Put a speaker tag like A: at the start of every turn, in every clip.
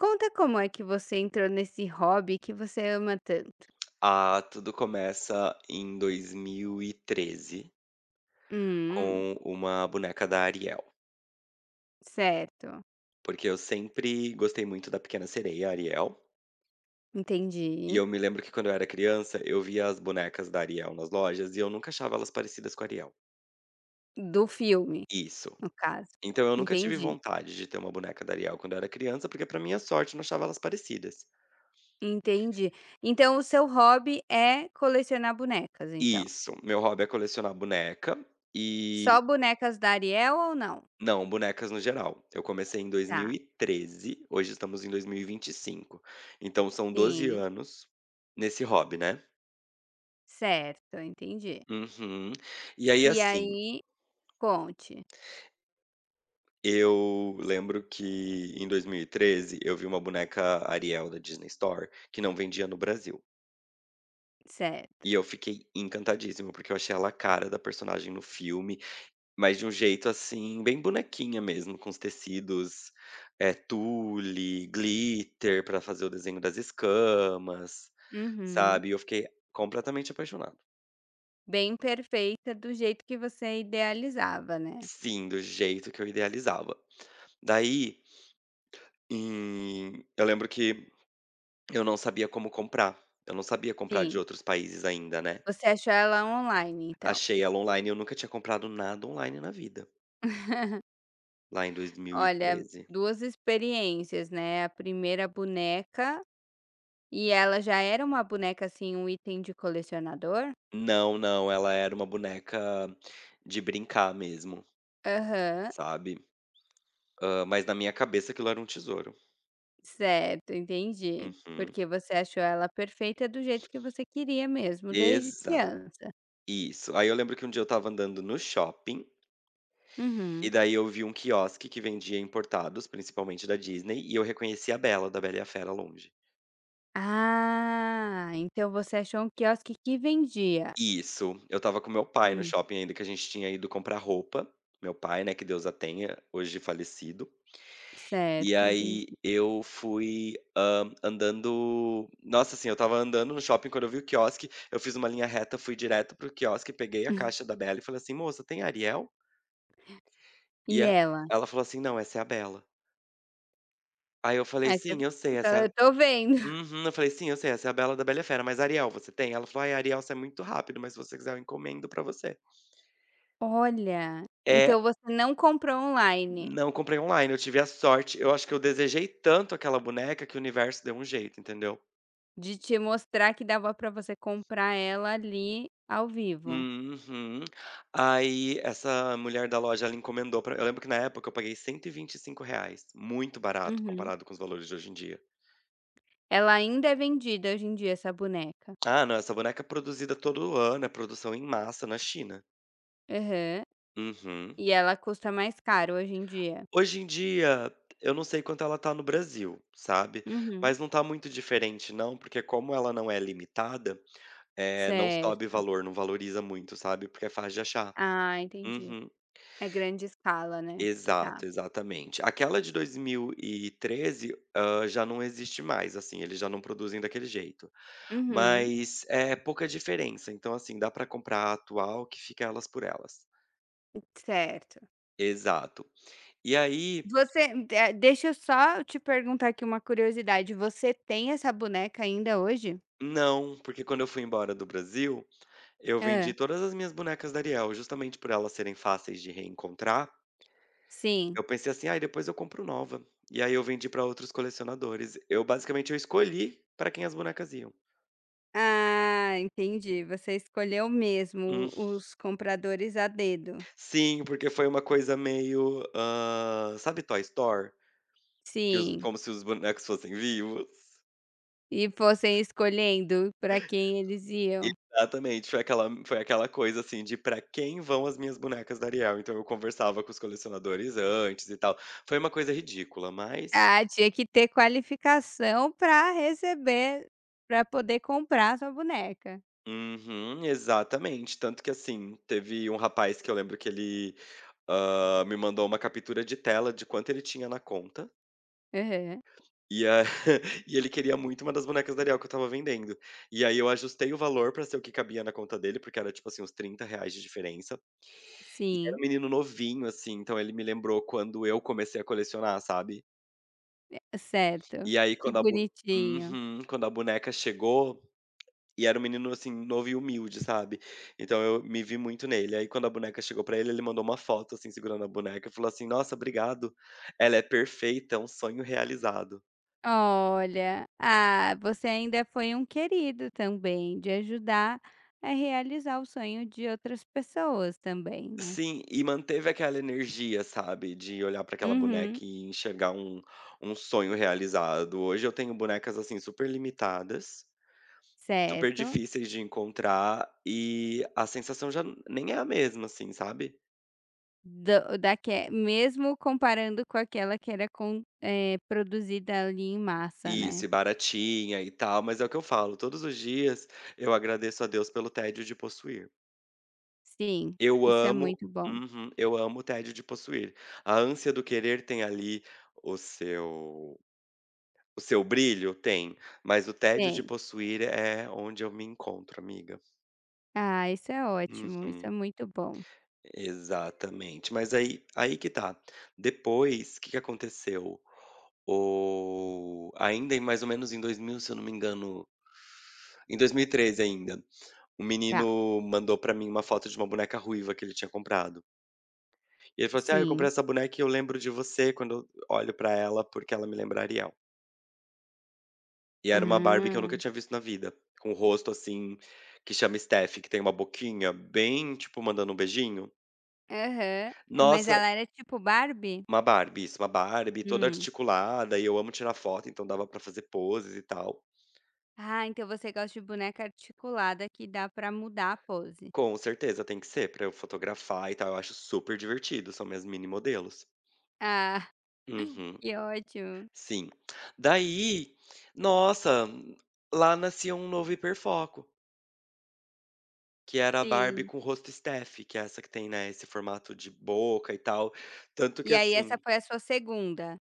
A: Conta como é que você entrou nesse hobby que você ama tanto.
B: Ah, tudo começa em 2013
A: Hum,
B: com uma boneca da Ariel,
A: certo,
B: porque eu sempre gostei muito da Pequena Sereia, Ariel, e
A: entendi.
B: eu me lembro que quando eu era criança, eu via as bonecas da Ariel nas lojas e eu nunca achava elas parecidas com a Ariel.
A: Do filme,
B: Isso.
A: no caso.
B: Então eu nunca tive
A: Entendi,
B: vontade de ter uma boneca da Ariel quando eu era criança, porque pra minha sorte eu não achava elas parecidas.
A: entendi. Então o seu hobby é colecionar bonecas, então.
B: Isso. Meu hobby é colecionar boneca e
A: Só bonecas da Ariel ou não?
B: Não, bonecas no geral. Eu comecei em
A: Tá,
B: 2013, hoje estamos em 2025. Então são 12
A: sim,
B: anos nesse hobby, né.
A: certo, entendi.
B: Uhum. E aí,
A: E
B: assim,
A: aí, conte,
B: eu lembro que em 2013 eu vi uma boneca Ariel da Disney Store que não vendia no Brasil.
A: certo.
B: E eu fiquei encantadíssimo, porque eu achei ela a cara da personagem no filme, mas de um jeito, assim, bem bonequinha mesmo, com os tecidos, tule, glitter pra fazer o desenho das escamas,
A: Uhum.
B: sabe. Eu fiquei completamente apaixonado.
A: Bem perfeita do jeito que você idealizava, né?
B: Sim, do jeito que eu idealizava. Daí, eu lembro que eu não sabia como comprar, eu não sabia comprar de
A: Sim.
B: outros países ainda, né.
A: Você achou ela online, então?
B: Achei ela online, eu nunca tinha comprado nada online na vida, lá em
A: Olha,
B: 2013.
A: 2 experiências, né, a primeira boneca e ela já era uma boneca, assim, um item de colecionador?
B: Não, não, ela era uma boneca de brincar mesmo.
A: Aham,
B: Sabe, mas na minha cabeça aquilo era um tesouro.
A: certo, entendi.
B: Uhum.
A: Porque você achou ela perfeita do jeito que você queria mesmo, desde
B: Exato,
A: criança.
B: isso. Aí eu lembro que um dia eu estava andando no shopping, e
A: Uhum.
B: daí eu vi um quiosque que vendia importados, principalmente da Disney, e eu reconheci a Bela, da Bela e a Fera, longe.
A: Ah, então você achou um quiosque que vendia.
B: Isso, eu estava com meu pai no
A: Hum,
B: shopping ainda, que a gente tinha ido comprar roupa, meu pai, né, que Deus a tenha, hoje falecido. E
A: certo,
B: aí
A: entendi.
B: eu fui, andando, nossa, assim, eu estava andando no shopping quando eu vi o quiosque, eu fiz uma linha reta, fui direto pro o quiosque, peguei a caixa da Bela e falei assim: "Moça, tem Ariel?" E
A: E
B: a
A: ela?
B: Ela falou assim: "Não, essa é a Bela." Aí eu falei:
A: Aí você
B: "Sim, eu sei, essa é
A: fala:
B: a",
A: "Eu tô vendo".
B: uhum. Eu falei: "Sim, eu sei, essa é a Bela da Bela e a Fera, mas Ariel você tem?" Ela falou: "Ai, Ariel, você é muito rápido, mas se você quiser eu encomendo pra você".
A: Olha, então
B: É,
A: você não comprou online?
B: não comprei online, eu tive a sorte, eu acho que eu desejei tanto aquela boneca que o universo deu um jeito, entendeu?
A: De te mostrar que dava pra você comprar ela ali ao vivo.
B: Uhum. Aí essa mulher da loja, ela encomendou pra eu lembro que na época eu paguei cento e vinte e cinco reais, muito barato
A: Uhum.
B: comparado com os valores de hoje em dia.
A: Ela ainda é vendida hoje em dia, essa boneca.
B: Ah, não, essa boneca é produzida todo ano, é produção em massa na China.
A: Aham.
B: Uhum.
A: E ela custa mais caro hoje em dia.
B: Hoje em dia, eu não sei quanto ela tá no Brasil, sabe,
A: Uhum.
B: mas não tá muito diferente não, porque como ela não é limitada, não sobe
A: Certo.
B: valor, não valoriza muito, sabe, porque é fácil de achar.
A: Ah, entendi.
B: Uhum.
A: É grande escala, né. Tá.
B: Exato, exatamente. Aquela de 2013, já não existe mais, assim, eles já não produzem daquele jeito.
A: Uhum.
B: Mas é pouca diferença, então, assim, dá pra comprar a atual, que fica elas por elas.
A: Certo.
B: Exato. E aí,
A: Você de deixa eu só te perguntar aqui uma curiosidade, você tem essa boneca ainda hoje?
B: não, porque quando eu fui embora do Brasil, eu vendi
A: Hã.
B: todas as minhas bonecas da Ariel, justamente por elas serem fáceis de reencontrar,
A: Sim.
B: eu pensei assim: "ah, depois eu compro nova". E aí eu vendi pra outros colecionadores. Eu basicamente eu escolhi pra quem as bonecas iam.
A: Ah, entendi. Você escolheu mesmo os compradores a dedo.
B: Sim, porque foi uma coisa meio, sabe Toy Story? Que os
A: Sim.
B: Como se os bonecos fossem vivos?
A: E fossem escolhendo para quem eles iam?
B: Exatamente, foi aquela coisa, assim, de pra quem vão as minhas bonecas da Ariel, então eu conversava com os colecionadores antes e tal. Foi uma coisa ridícula, mas,
A: Ah, tinha que ter qualificação para receber para poder comprar sua boneca.
B: uhum, exatamente. Tanto que, assim, teve um rapaz que eu lembro que ele, me mandou uma captura de tela de quanto ele tinha na conta.
A: Aham.
B: E a E ele queria muito uma das bonecas da Ariel que eu estava vendendo. E aí eu ajustei o valor pra ser o que cabia na conta dele, porque era tipo assim uns R$ 30 de diferença. E era um
A: Sim,
B: menino novinho, assim, então ele me lembrou quando eu comecei a colecionar, sabe.
A: certo.
B: E aí,
A: Que bonitinho.
B: quando a boneca chegou e era um menino, assim, novo e humilde, sabe. Então eu me vi muito nele. Aí quando a boneca chegou pra ele, ele mandou uma foto, assim, segurando a boneca e falou assim: "Nossa, obrigado. Ela é perfeita, é um sonho realizado".
A: Olha, ah, você ainda foi um querido também, de ajudar a realizar o sonho de outras pessoas também, né?
B: Sim, e manteve aquela energia, sabe, de olhar para aquela
A: Uhum.
B: boneca e enxergar um sonho realizado. Hoje eu tenho bonecas, assim, super limitadas, super
A: Certo.
B: difíceis de encontrar, e a sensação já nem é a mesma, assim, sabe.
A: Do daque mesmo comparando com aquela que era com produzida ali em massa, né.
B: Isso, e baratinha e tal, mas é o que eu falo, todos os dias eu agradeço a Deus pelo tédio de possuir.
A: Sim,
B: Eu
A: isso é
B: amo.
A: muito bom.
B: Uhum, eu amo o tédio de possuir. A ânsia do querer tem ali o seu O seu brilho? Tem, mas o tédio de
A: Tem.
B: possuir é onde eu me encontro, amiga.
A: Ah, isso é ótimo, isso é
B: Uhum.
A: muito bom.
B: Exatamente. Mas aí que tá, depois, o que que aconteceu? O Ainda em mais ou menos em 2000, se eu não me engano, em 2013 ainda, um
A: Tá,
B: menino mandou pra mim uma foto de uma boneca ruiva que ele tinha comprado. E ele falou assim: "Ah, eu
A: sim.
B: comprei essa boneca e eu lembro de você quando eu olho pra ela, porque ela me lembra Ariel". E era uma Barbie que eu
A: Ah.
B: nunca tinha visto na vida, com o rosto, assim, que chama Steph, que tem uma boquinha bem, tipo, mandando um beijinho.
A: Aham. Mas
B: Nossa,
A: ela era tipo Barbie?
B: uma Barbie, isso, uma Barbie toda
A: Hum.
B: articulada, e eu amo tirar foto, então dava pra fazer poses e tal.
A: Ah, então você gosta de boneca articulada que dá pra mudar a pose.
B: Com certeza, tem que ser pra eu fotografar e tal, eu acho super divertido, são minhas mini modelos.
A: Ah,
B: Uhum,
A: que ótimo.
B: sim. Daí, nossa, lá nascia um novo hiperfoco. Que era a Barbie
A: Sim.
B: com o rosto Steph, que é essa que tem, né, esse formato de boca e tal. Tanto que
A: E aí essa
B: assim,
A: foi a sua segunda ª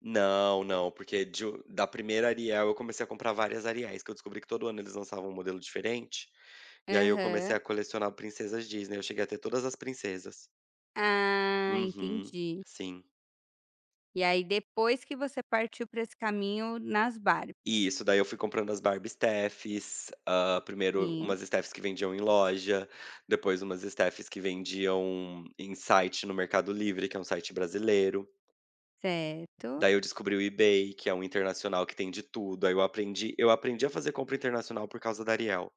B: não, não, porque de o da primeira Ariel eu comecei a comprar várias Ariéis, que eu descobri que todo ano eles lançavam um modelo diferente, e aí eu comecei
A: Aham.
B: a colecionar princesas Disney, eu cheguei a ter todas as princesas.
A: Ah,
B: Uhum,
A: entendi.
B: sim.
A: E aí depois que você partiu para esse caminho nas Barbies.
B: Isso, daí eu fui comprando as Barbie Stephs, primeiro
A: Sim,
B: umas Stephs que vendiam em loja, depois umas Stephs que vendiam em site no Mercado Livre, que é um site brasileiro.
A: certo.
B: Daí eu descobri o eBay, que é um internacional que tem de tudo, aí eu aprendi a fazer compra internacional por causa da Ariel.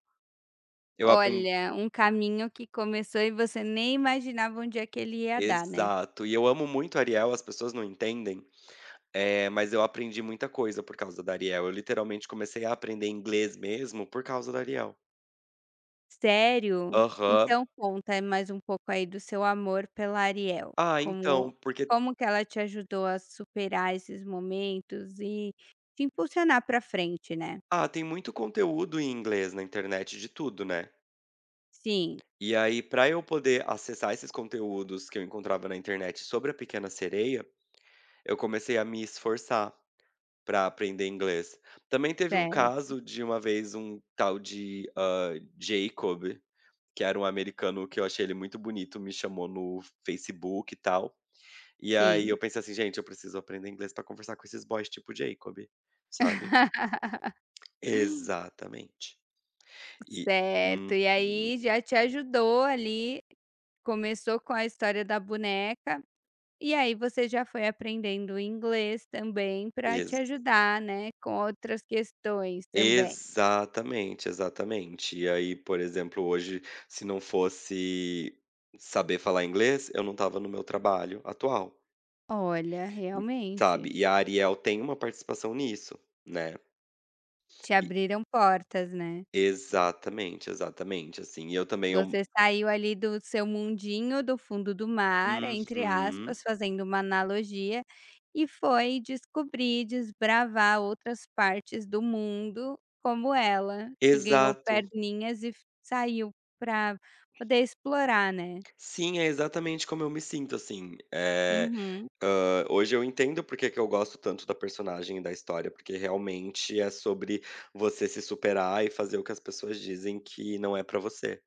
B: Eu aprendi
A: Olha, um caminho que começou e você nem imaginava onde é que ele ia dar, né.
B: Exato, e eu amo muito a Ariel, as pessoas não entendem, mas eu aprendi muita coisa por causa da Ariel, eu literalmente comecei a aprender inglês mesmo por causa da Ariel.
A: Sério?
B: Aham.
A: Então conta mais um pouco aí do seu amor pela Ariel,
B: Ah, então,
A: como
B: porque
A: como que ela te ajudou a superar esses momentos e te impulsionar pra frente, né.
B: tem muito conteúdo em inglês na internet, de tudo, né.
A: Sim,
B: E aí, para eu poder acessar esses conteúdos que eu encontrava na internet sobre a Pequena Sereia, eu comecei a me esforçar para aprender inglês. Também teve um
A: certo,
B: caso de uma vez, um tal de, Jacob, que era um americano que eu achei ele muito bonito, me chamou no Facebook e tal. E aí
A: sim.
B: eu pensei assim: "Gente, eu preciso aprender inglês para conversar com esses boys tipo Jacob", sabe. Exatamente. E uhum.
A: Certo, e aí já te ajudou ali, começou com a história da boneca, e aí você já foi aprendendo inglês também para te
B: Ex
A: ajudar, né, com outras questões também.
B: Exatamente, exatamente. E aí, por exemplo, hoje, se não fosse saber falar inglês, eu não tava no meu trabalho atual.
A: Olha,
B: E
A: realmente,
B: sabe, e a Ariel tem uma participação nisso, né.
A: te
B: E
A: abriram portas, né?
B: Exatamente, exatamente, assim, e eu também eu
A: Você saiu ali do seu mundinho do fundo do mar, entre
B: uhum.
A: aspas, fazendo uma analogia, e foi descobrir, desbravar outras partes do mundo, como ela, que ganhou
B: Exato.
A: perninhas e f saiu para poder explorar, né.
B: Sim, é exatamente como eu me sinto, assim,
A: Uhum.
B: hoje eu entendo porque que eu gosto tanto da personagem e da história, porque realmente é sobre você se superar e fazer o que as pessoas dizem que não é pra você.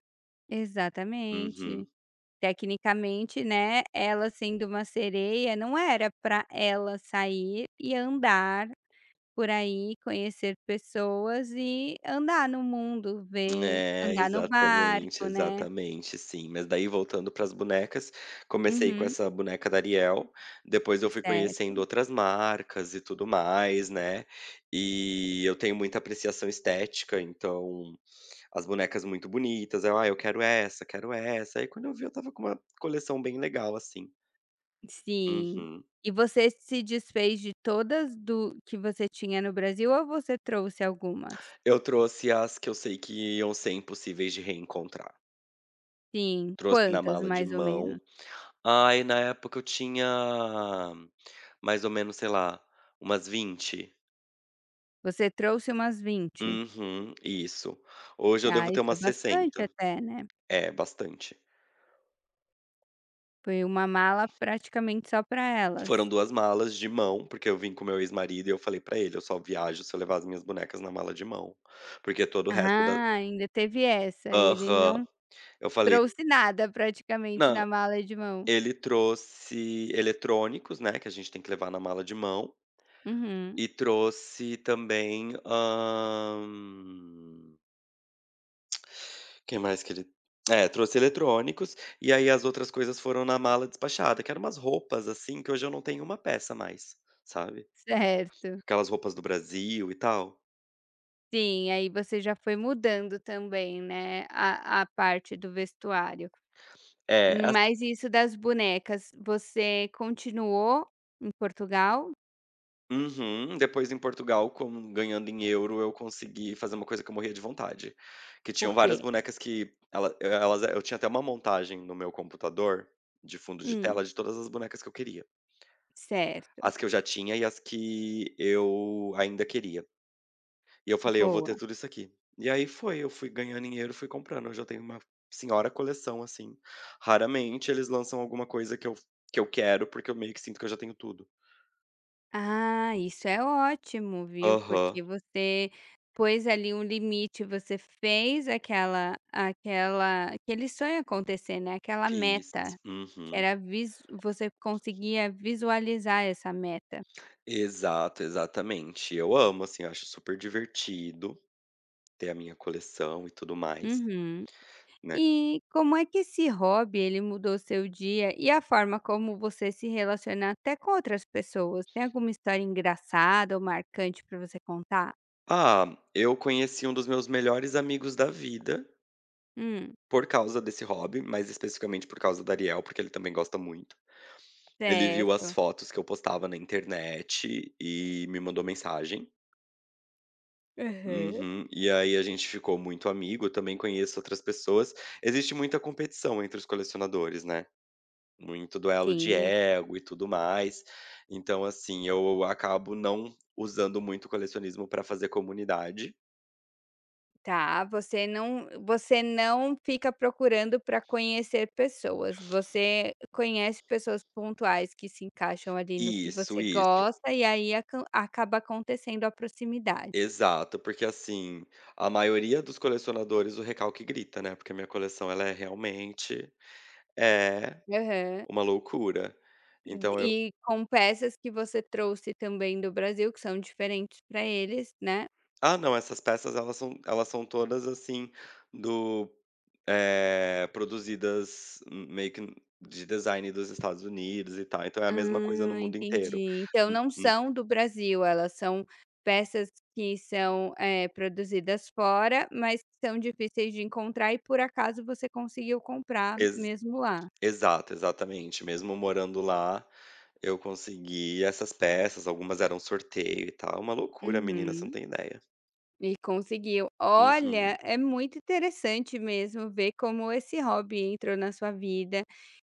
A: Exatamente.
B: Uhum.
A: Tecnicamente, né, ela sendo uma sereia, não era para ela sair e andar por aí, conhecer pessoas e andar no mundo, ver
B: É,
A: andar no
B: exatamente,
A: barco, né.
B: exatamente, sim. Mas daí, voltando para as bonecas, comecei com
A: Uhum,
B: essa boneca da Ariel, depois eu fui
A: certo.
B: conhecendo outras marcas e tudo mais, né. E eu tenho muita apreciação estética, então as bonecas muito bonitas, eu: "Ah, eu quero essa, quero essa". Aí, quando eu vi, eu tava com uma coleção bem legal, assim.
A: Sim.
B: Uhum.
A: E você se desfez de todas do que você tinha no Brasil ou você trouxe algumas?
B: Eu trouxe as que eu sei que iam ser impossíveis de reencontrar.
A: Sim,
B: Trouxe na
A: quantas
B: mala de
A: mais ou menos?
B: mão. Ai, na época eu tinha mais ou menos, sei lá, umas 20.
A: Você trouxe umas vinte.
B: Uhum, isso. Hoje eu
A: Ah,
B: devo ter
A: isso é
B: umas
A: bastante
B: 60.
A: até, né.
B: É, bastante.
A: Foi uma mala praticamente só para elas.
B: Foram duas malas de mão, porque eu vim com meu ex-marido e eu falei pra ele: "Eu só viajo se eu levar as minhas bonecas na mala de mão", porque todo o resto da,
A: Ah, ainda teve essa, ele
B: aham.
A: não
B: Eu falei
A: trouxe nada praticamente
B: não.
A: na mala de mão.
B: Ele trouxe eletrônicos, né, que a gente tem que levar na mala de mão,
A: Uhum,
B: e trouxe também, hã que mais que ele, é, trouxe eletrônicos, e aí as outras coisas foram na mala despachada, que eram umas roupas, assim, que hoje eu não tenho uma peça mais, sabe.
A: certo.
B: Aquelas roupas do Brasil e tal.
A: Sim, aí você já foi mudando também, né, a parte do vestuário.
B: É, as,
A: Mas isso das bonecas, você continuou em Portugal?
B: uhum. Depois, em Portugal, com, ganhando em euro, eu consegui fazer uma coisa que eu morria de vontade, que
A: O
B: tinham
A: quê?
B: várias bonecas que elas eu tinha até uma montagem no meu computador, de fundo de
A: Hum,
B: tela, de todas as bonecas que eu queria.
A: certo,
B: As que eu já tinha e as que eu ainda queria. E eu falei: "Eu vou ter
A: boa.
B: tudo isso aqui". E aí foi, eu fui ganhando dinheiro, fui comprando, hoje eu tenho uma senhora coleção, assim. Raramente eles lançam alguma coisa que eu quero, porque eu meio que sinto que eu já tenho tudo.
A: Ah, isso é ótimo, viu,
B: Aham,
A: porque você pôs ali um limite, você fez aquela aquela aquele sonho acontecer, né, aquela
B: fiz.
A: meta, que
B: Uhum.
A: era vis você conseguia visualizar essa meta.
B: Exato, exatamente. Eu amo, assim, eu acho super divertido ter a minha coleção e tudo mais,
A: Uhum.
B: né.
A: E como é que esse hobby, ele mudou seu dia e a forma como você se relaciona até com outras pessoas? Tem alguma história engraçada ou marcante para você contar?
B: Ah, eu conheci um dos meus melhores amigos da vida
A: Hum,
B: por causa desse hobby, mais especificamente por causa da Ariel, porque ele também gosta muito. Ele viu as
A: certo.
B: fotos que eu postava na internet e me mandou mensagem.
A: Aham.
B: Uhum. E aí a gente ficou muito amigo, eu também conheço outras pessoas. Existe muita competição entre os colecionadores, né? Muito duelo de
A: Sim,
B: ego e tudo mais. Então, assim, eu acabo não usando muito o colecionismo para fazer comunidade.
A: tá. Você não fica procurando para conhecer pessoas. Você conhece pessoas pontuais que se encaixam ali no que
B: Isso,
A: você
B: isso.
A: gosta e aí acaba acontecendo a proximidade.
B: Exato, porque assim, a maioria dos colecionadores, o recalque grita, né? Porque a minha coleção ela é realmente é
A: Aham.
B: uma loucura. Então eu,
A: E com peças que você trouxe também do Brasil, que são diferentes para eles, né.
B: não, essas peças elas são todas, assim, do produzidas, meio que de design dos Estados Unidos e tal, então é a mesma coisa no
A: Ah,
B: mundo inteiro.
A: entendi. Então
B: Hum,
A: não
B: hum.
A: são do Brasil, elas são peças que são, produzidas fora, mas que são difíceis de encontrar e por acaso você conseguiu comprar
B: Ex
A: mesmo lá.
B: Exato, exatamente. Mesmo morando lá, eu consegui essas peças, algumas eram sorteio e tal. Uma loucura, menina, você não
A: Uhum.
B: tem ideia.
A: E conseguiu. Olha,
B: Uhum.
A: é muito interessante mesmo ver como esse hobby entrou na sua vida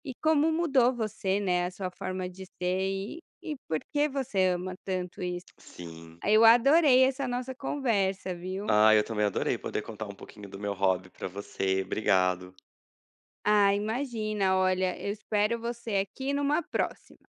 A: e como mudou você, né, a sua forma de ser e por que você ama tanto isso.
B: Sim.
A: Eu adorei essa nossa conversa, viu?
B: Ah, eu também adorei poder contar um pouquinho do meu hobby pra você. Obrigado.
A: Ah, imagina, olha, eu espero você aqui numa próxima.